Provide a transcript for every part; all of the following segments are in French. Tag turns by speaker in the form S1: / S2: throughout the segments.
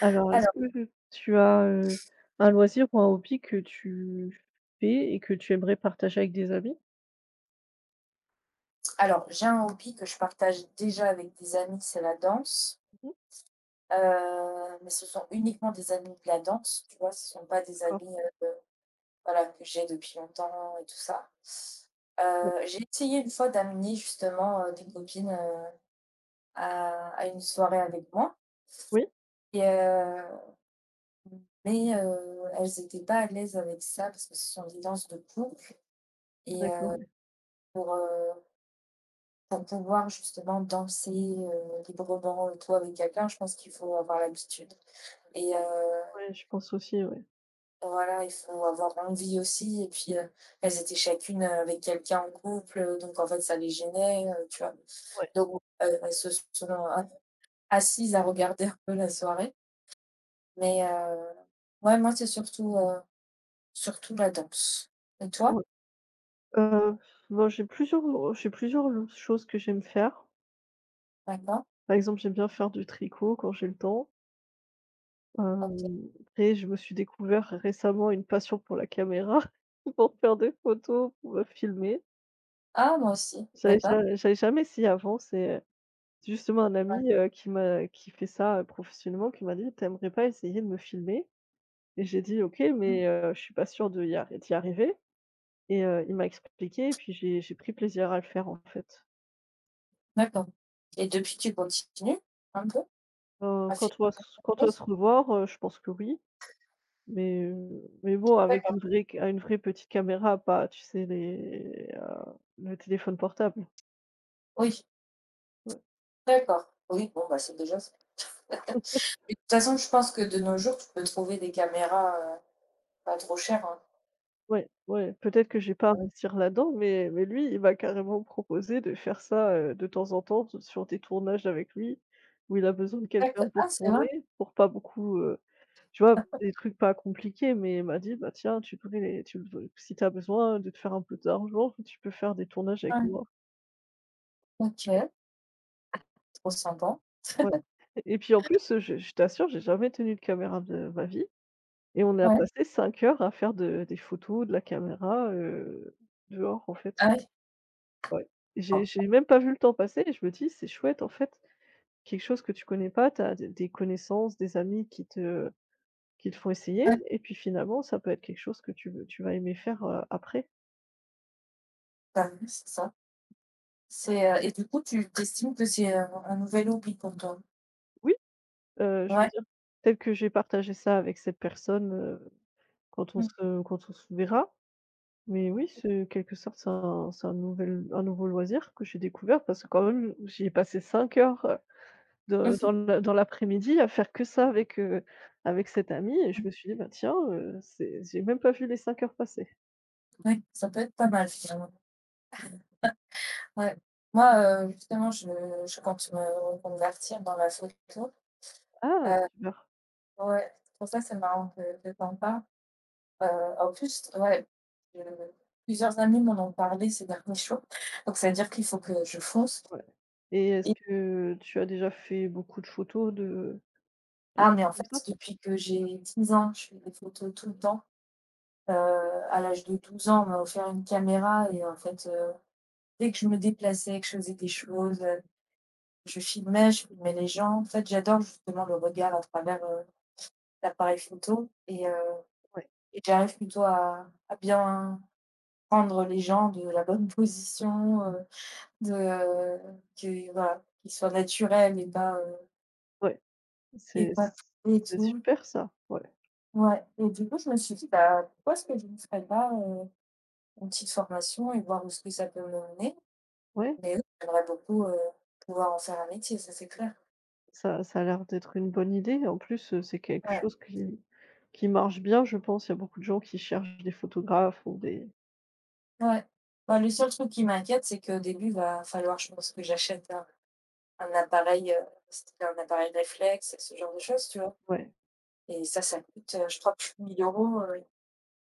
S1: Alors, est-ce
S2: Alors
S1: que tu as, un loisir ou un hobby que tu fais et que tu aimerais partager avec des amis?
S2: alors, j'ai un hobby que je partage déjà avec des amis, c'est la danse,
S1: Mmh,
S2: mais ce sont uniquement des amis de la danse, tu vois? Ce sont pas des
S1: d'accord.
S2: amis, heu, voilà, que j'ai depuis longtemps et tout ça.
S1: Ouais.
S2: J'ai essayé une fois d'amener justement, des copines, à une soirée avec moi
S1: Oui?
S2: et heu, elles n'étaient pas à l'aise avec ça parce que ce sont des danses de couple et
S1: D'accord,
S2: heu,
S1: ouais.
S2: pour, heu Pour pouvoir justement danser, librement et tout avec quelqu'un, je pense qu'il faut avoir l'habitude et heu,
S1: Ouais, je pense aussi, ouais.
S2: voilà, il faut avoir envie aussi et puis, elles étaient chacune, avec quelqu'un en couple, donc en fait, ça les gênait, tu vois?
S1: ouais.
S2: Donc, elles se sont a assises à regarder un peu la soirée, mais heu, ouais, moi, c'est surtout la danse et toi?
S1: Ouais, heu, bon, j'ai plusieurs, oh, j'ai plusieurs l choses que j'aime faire.
S2: D'accord.
S1: Par exemple, j'aime bien faire du tricot quand j'ai le temps.
S2: OK.
S1: Après, je me suis découvert récemment une passion pour la caméra, pour faire des photos, pour, filmer.
S2: Ah, moi aussi,
S1: J'avais
S2: d'accord,
S1: ja j'avais jamais essayé avant. C'est justement, un
S2: ouais,
S1: ami, qui fait ça, professionnellement, qui m'a dit: «Tu aimerais pas essayer de me filmer?» Et j'ai dit: «OK,
S2: mmh,
S1: mais je suis pas sûre de y arri d'y arriver.» Et il m'a expliqué et puis j'ai pris plaisir à le faire, en fait.
S2: d'accord et depuis, tu continues un peu
S1: Heu,
S2: à faire
S1: quand on va s quand
S2: des
S1: on va
S2: choses?
S1: se revoir, je pense que oui, mais mais bon, avec
S2: D'accord.
S1: une vraie petite caméra, pas, tu sais, le téléphone portable.
S2: Oui, d'accord. Oui, bon, bah, c'est déjà ça. Mais
S1: Ouais.
S2: de toute façon, je pense que de nos jours, tu peux trouver des caméras, pas trop chères, hein.
S1: Ouais, ouais, peut-être que je vais pas investir là-dedans, mais lui, il m'a carrément proposé de faire ça, de temps en temps s sur des tournages avec lui, où il a besoin de quelqu'un
S2: D'accord.
S1: pour
S2: Ah, c'est vrai?
S1: tourner, pour pas beaucoup, tu vois? Des trucs pas compliqués, mais il m'a dit: «Bah, tiens, tu connais les tu si t'as besoin de te faire un peu d'argent, tu peux faire des tournages avec
S2: Ouais.
S1: moi.»
S2: OK, trop sympa.
S1: Ouais et puis en plus, je t'assure, j'ai jamais tenu de caméra de ma vie et on a
S2: Ouais.
S1: passé 5 heures à faire de des photos, de la caméra, dehors, en fait.
S2: Ah oui.
S1: Ouais. J'ai
S2: Bon.
S1: j'ai même pas vu le temps passer et je me dis: «C'est chouette en fait, quelque chose que tu connais pas, tu as des connaissances, des amis qui te font essayer
S2: Ouais,
S1: et puis finalement ça peut être quelque chose que tu vas aimer faire, après.»
S2: bah, oui, c'est ça. Et du coup, tu estimes que c'est un nouvel hobby pour toi?
S1: Oui, je veux
S2: Ouais.
S1: dire, peut-être que j'ai partagé ça avec cette personne, quand on
S2: Mmh.
S1: se quand on se verra, mais oui, c'est en quelque sorte, c'est un nouveau loisir que j'ai découvert parce que quand même j'y ai passé 5 heures, de dans le dans l'après-midi à faire que ça avec cette amie et je me suis dit: «Bah, tiens, c'est j'ai même pas vu les 5 heures passer.»
S2: Ouais, ça peut être pas mal finalement. Ouais. Moi, justement, je compte me reconvertir dans la photo.
S1: Ah
S2: Heu,
S1: super,
S2: ouais, c'est pour ça, c'est marrant que tu en parles. En plus, ouais, heu, plusieurs amis m'en ont parlé ces derniers jours, donc ça veut dire qu'il faut que je fonce
S1: ouais et est-ce
S2: et
S1: que tu as déjà fait beaucoup de photos de
S2: mais
S1: choses
S2: en
S1: comme
S2: fait,
S1: ça?
S2: depuis que j'ai 10 ans, je fais des photos tout le temps. Heu, à l'âge de 12 ans, on m'a offert une caméra et en fait, dès que je me déplaçais, que je faisais des choses, je filmais les gens. En fait, j'adore justement le regard à travers, l'appareil photo et heu
S1: Ouais,
S2: et j'arrive plutôt à bien prendre les gens de la bonne position. De Que voilà, qu'il soit naturel et pas, heu,
S1: ouais,
S2: et
S1: c'est
S2: pas et
S1: c'est
S2: tout.
S1: super ça, ouais,
S2: Ouais et du coup, je me suis dit: «Bah, pourquoi est-ce que je ne ferais pas, une petite formation et voir où est-ce que ça peut me mener?»
S1: ouais,
S2: Mais oui, j'aimerais beaucoup, pouvoir en faire un métier, ça c'est clair.
S1: ça ça a l'air d'être une bonne idée. En plus, c'est quelque
S2: Ouais,
S1: chose qui marche bien, je pense. Il y a beaucoup de gens qui cherchent des photographes ou des
S2: ouais. Bah, le seul truc qui m'inquiète, c'est qu'au début, va falloir, je pense, que j'achète un appareil, style un appareil réflexe, ce genre de choses, tu vois?
S1: ouais,
S2: Et ça coûte, je crois plus de 1 000 €,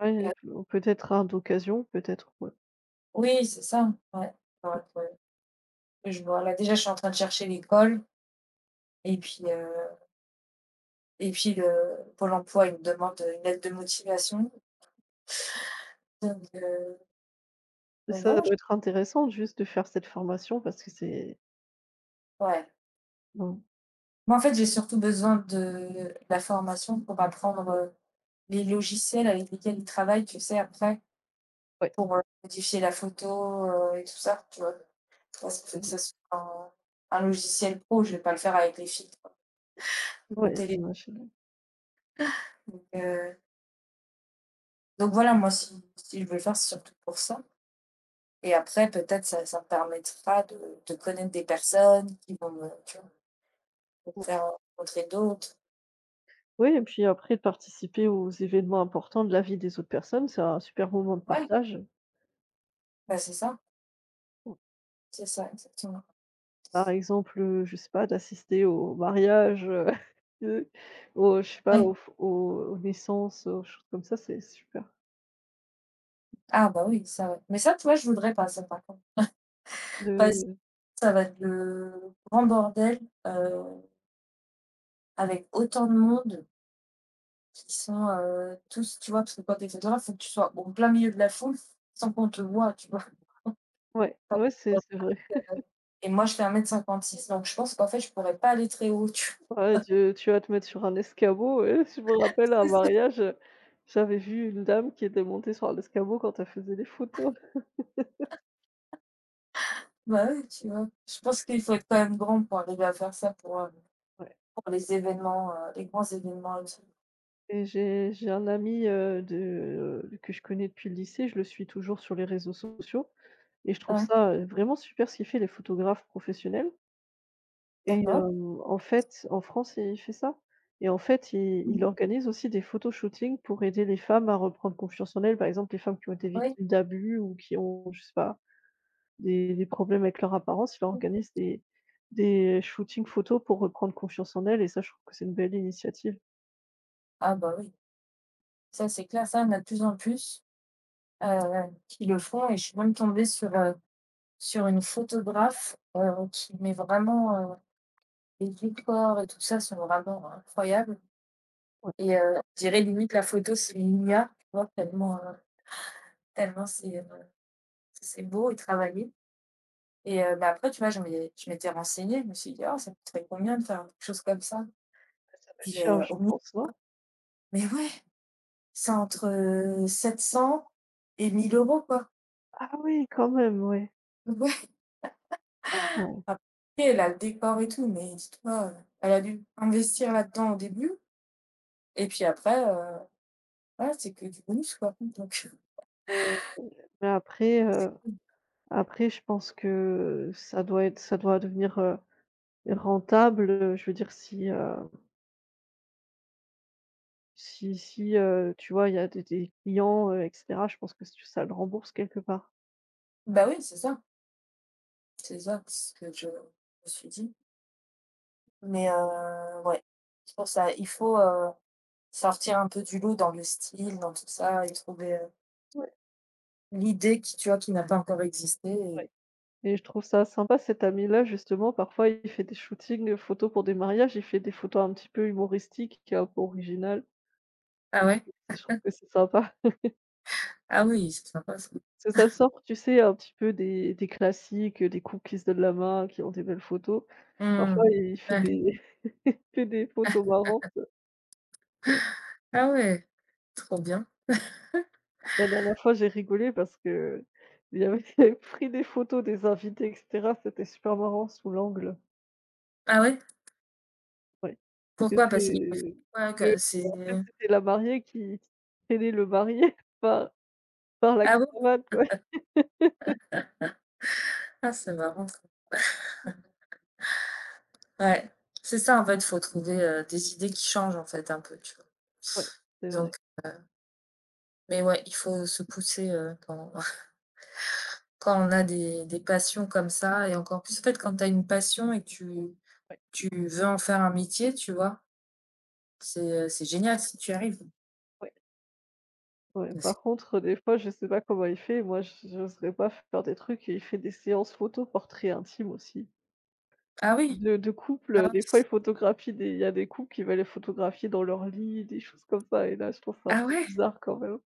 S1: ouais, peut-être un d'occasion, peut-être, ouais.
S2: oui, c'est ça, ouais. Ouais, ouais. Je vois, là, déjà, je suis en train de chercher l'école et puis, heu et puis le Pôle emploi, il me demande, une lettre de motivation. Donc heu, donc,
S1: Ça
S2: voilà, j
S1: doit être intéressant juste de faire cette formation parce que c'est
S2: ouais.
S1: mmh,
S2: Moi, en fait, j'ai surtout besoin de la formation pour apprendre, les logiciels avec lesquels ils travaillent, tu sais, après,
S1: ouais,
S2: pour, modifier la photo, et tout ça, tu vois? Parce qu'il faut
S1: c'est
S2: que
S1: vrai.
S2: ce soit un logiciel pro, je vais pas le faire avec les filtres,
S1: Ouais,
S2: monter les
S1: j'imagine.
S2: donc heu, donc voilà, moi, si je veux le faire, c'est surtout pour ça. Et après, peut-être, ça me permettra de connaître des personnes qui vont me tu vois? Me
S1: Ouais.
S2: faire rencontrer d'autres.
S1: Oui et puis après de participer aux événements importants de la vie des autres personnes, c'est un super moment de
S2: Ouais,
S1: partage.
S2: bah,
S1: Mmh.
S2: c'est ça, exactement.
S1: Par exemple, je sais pas, d'assister au mariage, de au je sais pas,
S2: Ouais.
S1: au au aux aux naissances, aux choses comme ça, c'est super
S2: Ah bah, oui, ça ouais. Mais ça, tu vois, je voudrais pas ça, par contre. Parce que
S1: de
S2: ça va être le grand bordel, heu, avec autant de monde qui sont, tous tu vois? Parce que quand tu es photographe, faut que tu sois en plein milieu de la foule sans qu'on te voit tu vois?
S1: ouais, ouais, c'est vrai.
S2: Et moi, je fais 1,56 m donc je pense qu'en fait, je pourrais pas aller très haut, tu
S1: Ouais, tu vas te mettre sur un escabeau, ouais. Je me rappelle à un
S2: vois?
S1: mariage, j'avais vu une dame qui était montée sur un escabeau quand elle faisait des photos.
S2: Bah, oui, tu vois? Je pense qu'il faut être quand même grand pour arriver à faire ça pour, heu,
S1: Ouais
S2: pour les événements, les grands événements et
S1: et j'ai un ami, de que je connais depuis le lycée, je le suis toujours sur les réseaux sociaux et je trouve
S2: ouais,
S1: ça, vraiment super ce qu'il fait, les photographes professionnels et
S2: d'accord.
S1: en fait, en France, il fait ça et en fait, il
S2: Mmh.
S1: organise aussi des photoshootings pour aider les femmes à reprendre confiance en elles. Par exemple, les femmes qui ont été
S2: Oui.
S1: victimes d'abus ou qui ont, je sais pas des problèmes avec leur apparence, ils leur
S2: Mmh.
S1: organisent des shootings photos pour reprendre confiance en elles et ça, je trouve que c'est une belle initiative.
S2: Ah bah, oui, ça c'est clair, ça, on a de plus en plus, qui le font et je suis même tombée sur, sur une photographe, qui met vraiment, les décors et tout ça sont vraiment incroyables
S1: Ouais,
S2: je dirais limite la photo c'est une IA, tu vois? Tellement c'est beau et travaillé. Mais après, tu vois, je m'étais renseignée, je me suis dit: «Oh, ça coûterait combien de faire quelque chose comme ça?»
S1: ça va être
S2: puis,
S1: cher, je
S2: au mi
S1: pense, non?
S2: mais ouais, c'est entre, 700 et 1 euros € quoi.
S1: Ah oui, quand même, ouais.
S2: Donc. Ouais.
S1: Ah ouais.
S2: Après, elle a le décor et tout, mais dis-toi, elle a dû investir là-dedans au début et puis après, voilà, c'est que du bonus quoi, donc
S1: Mais mais après,
S2: c'est
S1: heu,
S2: cool.
S1: après je pense que ça doit devenir, rentable, je veux dire si, tu vois, il y a des clients, et cetera, je pense que ça le rembourse quelque part.
S2: Bah oui, c'est ça, c'est ça, c'est ce que je me suis dit, mais ouais, c'est pour ça, il faut, sortir un peu du lot dans le style, dans tout ça et trouver,
S1: Ouais,
S2: l'idée qui tu vois, qui n'a pas encore existé
S1: ouais.
S2: et
S1: Et je trouve ça sympa cet ami-là justement, parfois il fait des shootings, photos pour des mariages, il fait des photos un petit peu humoristiques et un peu originales
S2: ah
S1: et je
S2: ouais?
S1: trouve je trouve que c'est sympa.
S2: Ah oui, c'est sympa ça.
S1: Parce que ça sort, tu sais, un petit peu des classiques, des couples qui se donnent la main, qui ont des belles photos. Parfois
S2: Mmh.
S1: il fait
S2: Ouais.
S1: des il fait des photos marrantes. Ouais.
S2: Ah ouais, trop bien.
S1: La dernière fois j'ai rigolé parce qu'il avait il avait pris des photos des invités et cetera, c'était super marrant sous l'angle,
S2: Ah ouais?
S1: ouais. Que
S2: Pourquoi? Parce qu'il préfère
S1: c'est
S2: quoi que c'est
S1: En fait, c'était la mariée qui traînait le marié par par la
S2: ah bon?
S1: cravate, ouais.
S2: Ah c'est marrant ça. Ouais. C'est ça en fait, faut trouver, des idées qui changent en fait un peu, tu vois?
S1: Ouais, c'est vrai,
S2: Donc mais ouais, il faut se pousser, quand quand on a des passions comme ça et encore plus en fait quand tu as une passion et que tu
S1: ouais,
S2: tu veux en faire un métier, tu vois? C'est génial si tu y arrives
S1: ouais, ouais.
S2: parce
S1: Par
S2: que
S1: contre, des fois, je sais pas comment il fait, moi j'oserais pas faire des trucs et il fait des séances photos portraits intimes aussi,
S2: ah oui?
S1: de couples,
S2: Ah
S1: des fois il
S2: mince.
S1: photographie des il y a des couples qui va les photographier dans leur lit, des choses comme ça et là, je trouve ça un
S2: Ah
S1: peu
S2: ouais?
S1: bizarre quand même.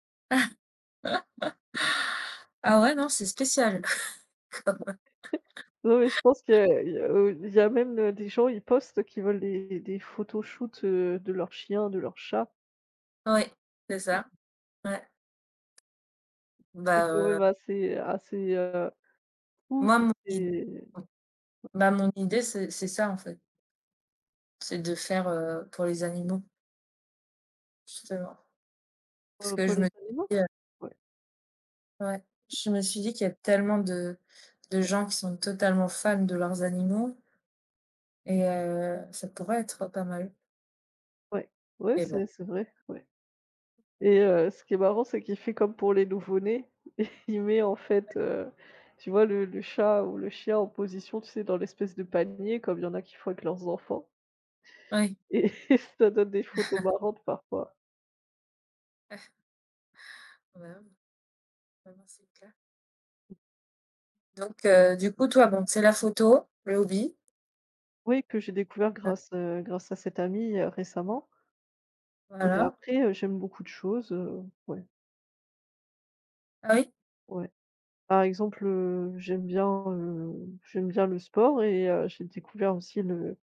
S2: Ah ouais, non, c'est spécial.
S1: Non, mais je pense qu'il y a il y a même, des gens, ils postent qui veulent des photoshoots, de leurs chiens, de leurs chats.
S2: Oui, c'est ça. Ouais.
S1: C'est
S2: Bah,
S1: quand même
S2: heu,
S1: assez assez, fou
S2: Moi,
S1: toutes ces
S2: mon idée, c'est ça, en fait. C'est de faire, pour les animaux, justement. Parce que
S1: pour
S2: je me
S1: les
S2: suis
S1: animaux.
S2: dit,
S1: Ouais,
S2: ouais, je me suis dit qu'il y a tellement de gens qui sont totalement fans de leurs animaux ça pourrait être pas mal.
S1: ouais, ouais,
S2: Mais bon,
S1: c'est vrai, ouais et ce qui est marrant, c'est qu'il fait comme pour les nouveau-nés, et il met en fait, tu vois le chat ou le chien en position, tu sais, dans l'espèce de panier comme il y en a qui font avec leurs enfants
S2: oui.
S1: et ça donne des photos marrantes parfois.
S2: Bah oui, bah c'est clair. Donc du coup, toi, bon, c'est la photo, le hobby.
S1: Oui, que j'ai découvert
S2: Euh,
S1: grâce à cette amie, récemment, mais
S2: voilà.
S1: après, j'aime beaucoup de choses, ouais,
S2: Ah oui?
S1: ouais. Par exemple, j'aime bien le sport et j'ai découvert aussi le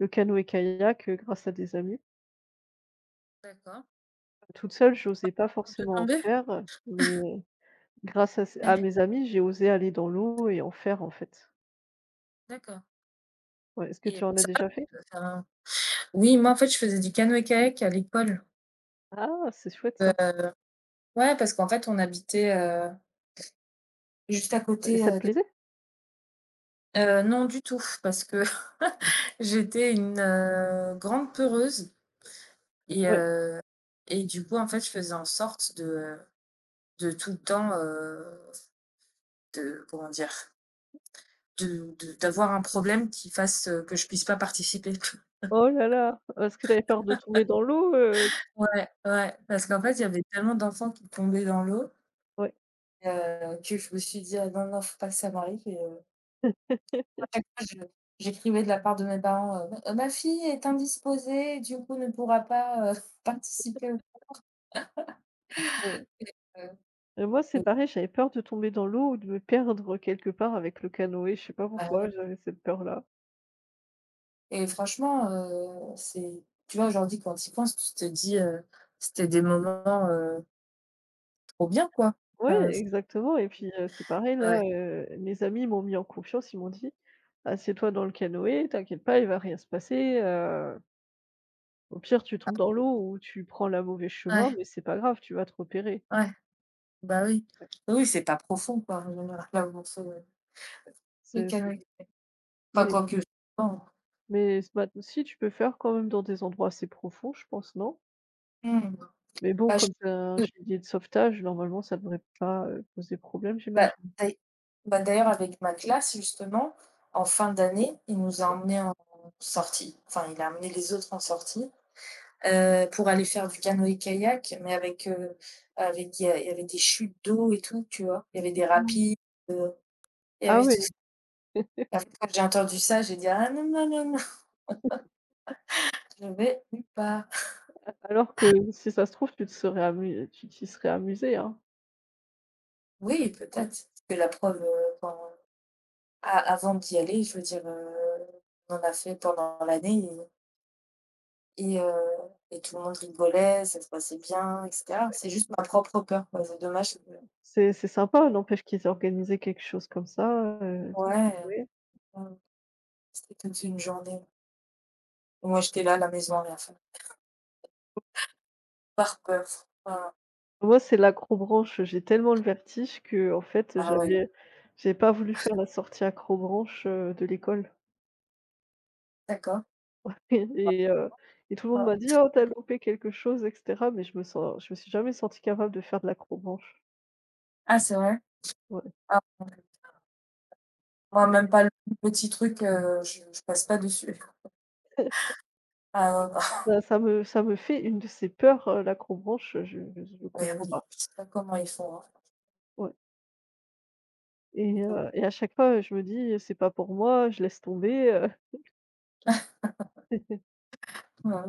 S1: le canoë-kayak, grâce à des amis.
S2: D'accord.
S1: Toute seule, j'osais pas
S2: De
S1: forcément en
S2: tomber?
S1: faire, mais grâce à c
S2: Ouais,
S1: à mes amis, j'ai osé aller dans l'eau et en faire, en fait.
S2: d'accord.
S1: Ouais, est-ce que
S2: Et
S1: tu en as
S2: ça
S1: déjà fait?
S2: peut faire un Oui, moi, en fait, je faisais du canoë-kayak à l'école.
S1: Ah, c'est chouette ça
S2: Heu, ouais, parce qu'en fait, on habitait, juste à
S1: et
S2: côté,
S1: ça te
S2: des
S1: plaisait?
S2: non du tout, parce que j'étais une, grande peureuse et
S1: Ouais.
S2: heu et du coup, en fait, je faisais en sorte de tout le temps, de comment dire? De d'avoir un problème qui fasse, que je puisse pas participer.
S1: Oh là là! Est-ce que tu avais peur de tomber dans l'eau?
S2: Ouais, ouais, parce qu'en fait, il y avait tellement d'enfants qui tombaient dans l'eau,
S1: Ouais.
S2: que je me suis dit: «Ah non, non, faut pas que ça m'arrive» chaque fois, je j'écrivais de la part de mes parents, «Ma fille est indisposée, du coup, ne pourra pas, participer au»
S1: Ouais.
S2: heu,
S1: Et moi, c'est
S2: et
S1: pareil, j'avais peur de tomber dans l'eau ou de me perdre quelque part avec le canoë, je sais pas
S2: bah,
S1: pourquoi j'avais cette peur-là.
S2: et franchement, c'est tu vois, aujourd'hui, quand tu y penses, tu te dis: «C'était des moments, trop bien, quoi».
S1: Ouais,
S2: Enfin, c
S1: exactement et puis, c'est pareil là,
S2: ouais,
S1: mes amis m'ont mis en confiance, ils m'ont dit: «Assieds-toi dans le canoë, t'inquiète pas, il va rien se passer, au pire tu tombes dans l'eau ou tu prends le mauvais
S2: ouais,
S1: chemin, mais c'est pas grave, tu vas te repérer.»
S2: ouais, bah, oui.
S1: Ouais,
S2: Oui, c'est pas profond, quoi, le morceau, ouais. Le
S1: c'est
S2: calme. Enfin,
S1: mais
S2: quoique, je pense.
S1: mais c'est pas si tu peux faire quand même dans des endroits assez profonds, je pense, non?
S2: Mmh.
S1: Mais bon,
S2: Bah,
S1: comme c'est un
S2: je
S1: gilet de sauvetage, normalement ça devrait pas, poser problème,
S2: Bah,
S1: j'imagine.
S2: d'ail D'ailleurs avec ma classe justement, en fin d'année, il nous a emmenés en sortie, enfin il a emmené les autres en sortie, pour aller faire du canoë-kayak, mais avec il y avait des chutes d'eau et tout, tu vois? Il y avait des
S1: Mm.
S2: rapides, heu, il y
S1: Ah
S2: avait
S1: oui.
S2: tout ça. Et en fait, quand j'ai entendu ça, j'ai dit: «Ah non, non, non, non, je vais nulle part».
S1: Alors que si ça se trouve, tu t'y serais amusé, hein?
S2: Oui, peut-être.
S1: Ouais.
S2: Parce que la preuve, enfin, a avant d'y aller, je veux dire, on en a fait pendant l'année. Et heu et tout le monde rigolait, ça se passait bien et cetera. C'est juste ma propre peur, quoi. C'est dommage que
S1: C'est sympa, n'empêche qu'ils aient organisé quelque chose comme ça, donc
S2: ouais,
S1: ouais.
S2: mmh, c'était toute une journée. Moi, j'étais là à la maison à rien faire. Par peur. Ah,
S1: Moi, c'est l'accrobranche, j'ai tellement le vertige qu'en fait,
S2: ah ouais,
S1: j'ai pas voulu faire la sortie accrobranche, de l'école.
S2: d'accord.
S1: Ouais et heu et tout le monde
S2: Ouais.
S1: m'a dit: «Oh, tu as loupé quelque chose» et cetera, mais je me suis jamais sentie capable de faire de l'accrobranche.
S2: Ah, c'est vrai?
S1: Ouais,
S2: Ah mmh. Moi, même
S1: ouais.
S2: pas le plus petit truc, je passe pas dessus. Ah non, non.
S1: Bah, ça me fait une de ces peurs, l'accrobranche, je
S2: Mais
S1: comprends
S2: oui,
S1: pas.
S2: je sais pas comment ils font, hein.
S1: Ouais et
S2: Mmh.
S1: heu et à chaque fois, je me dis: «C'est pas pour moi, je laisse tomber».
S2: Ouais.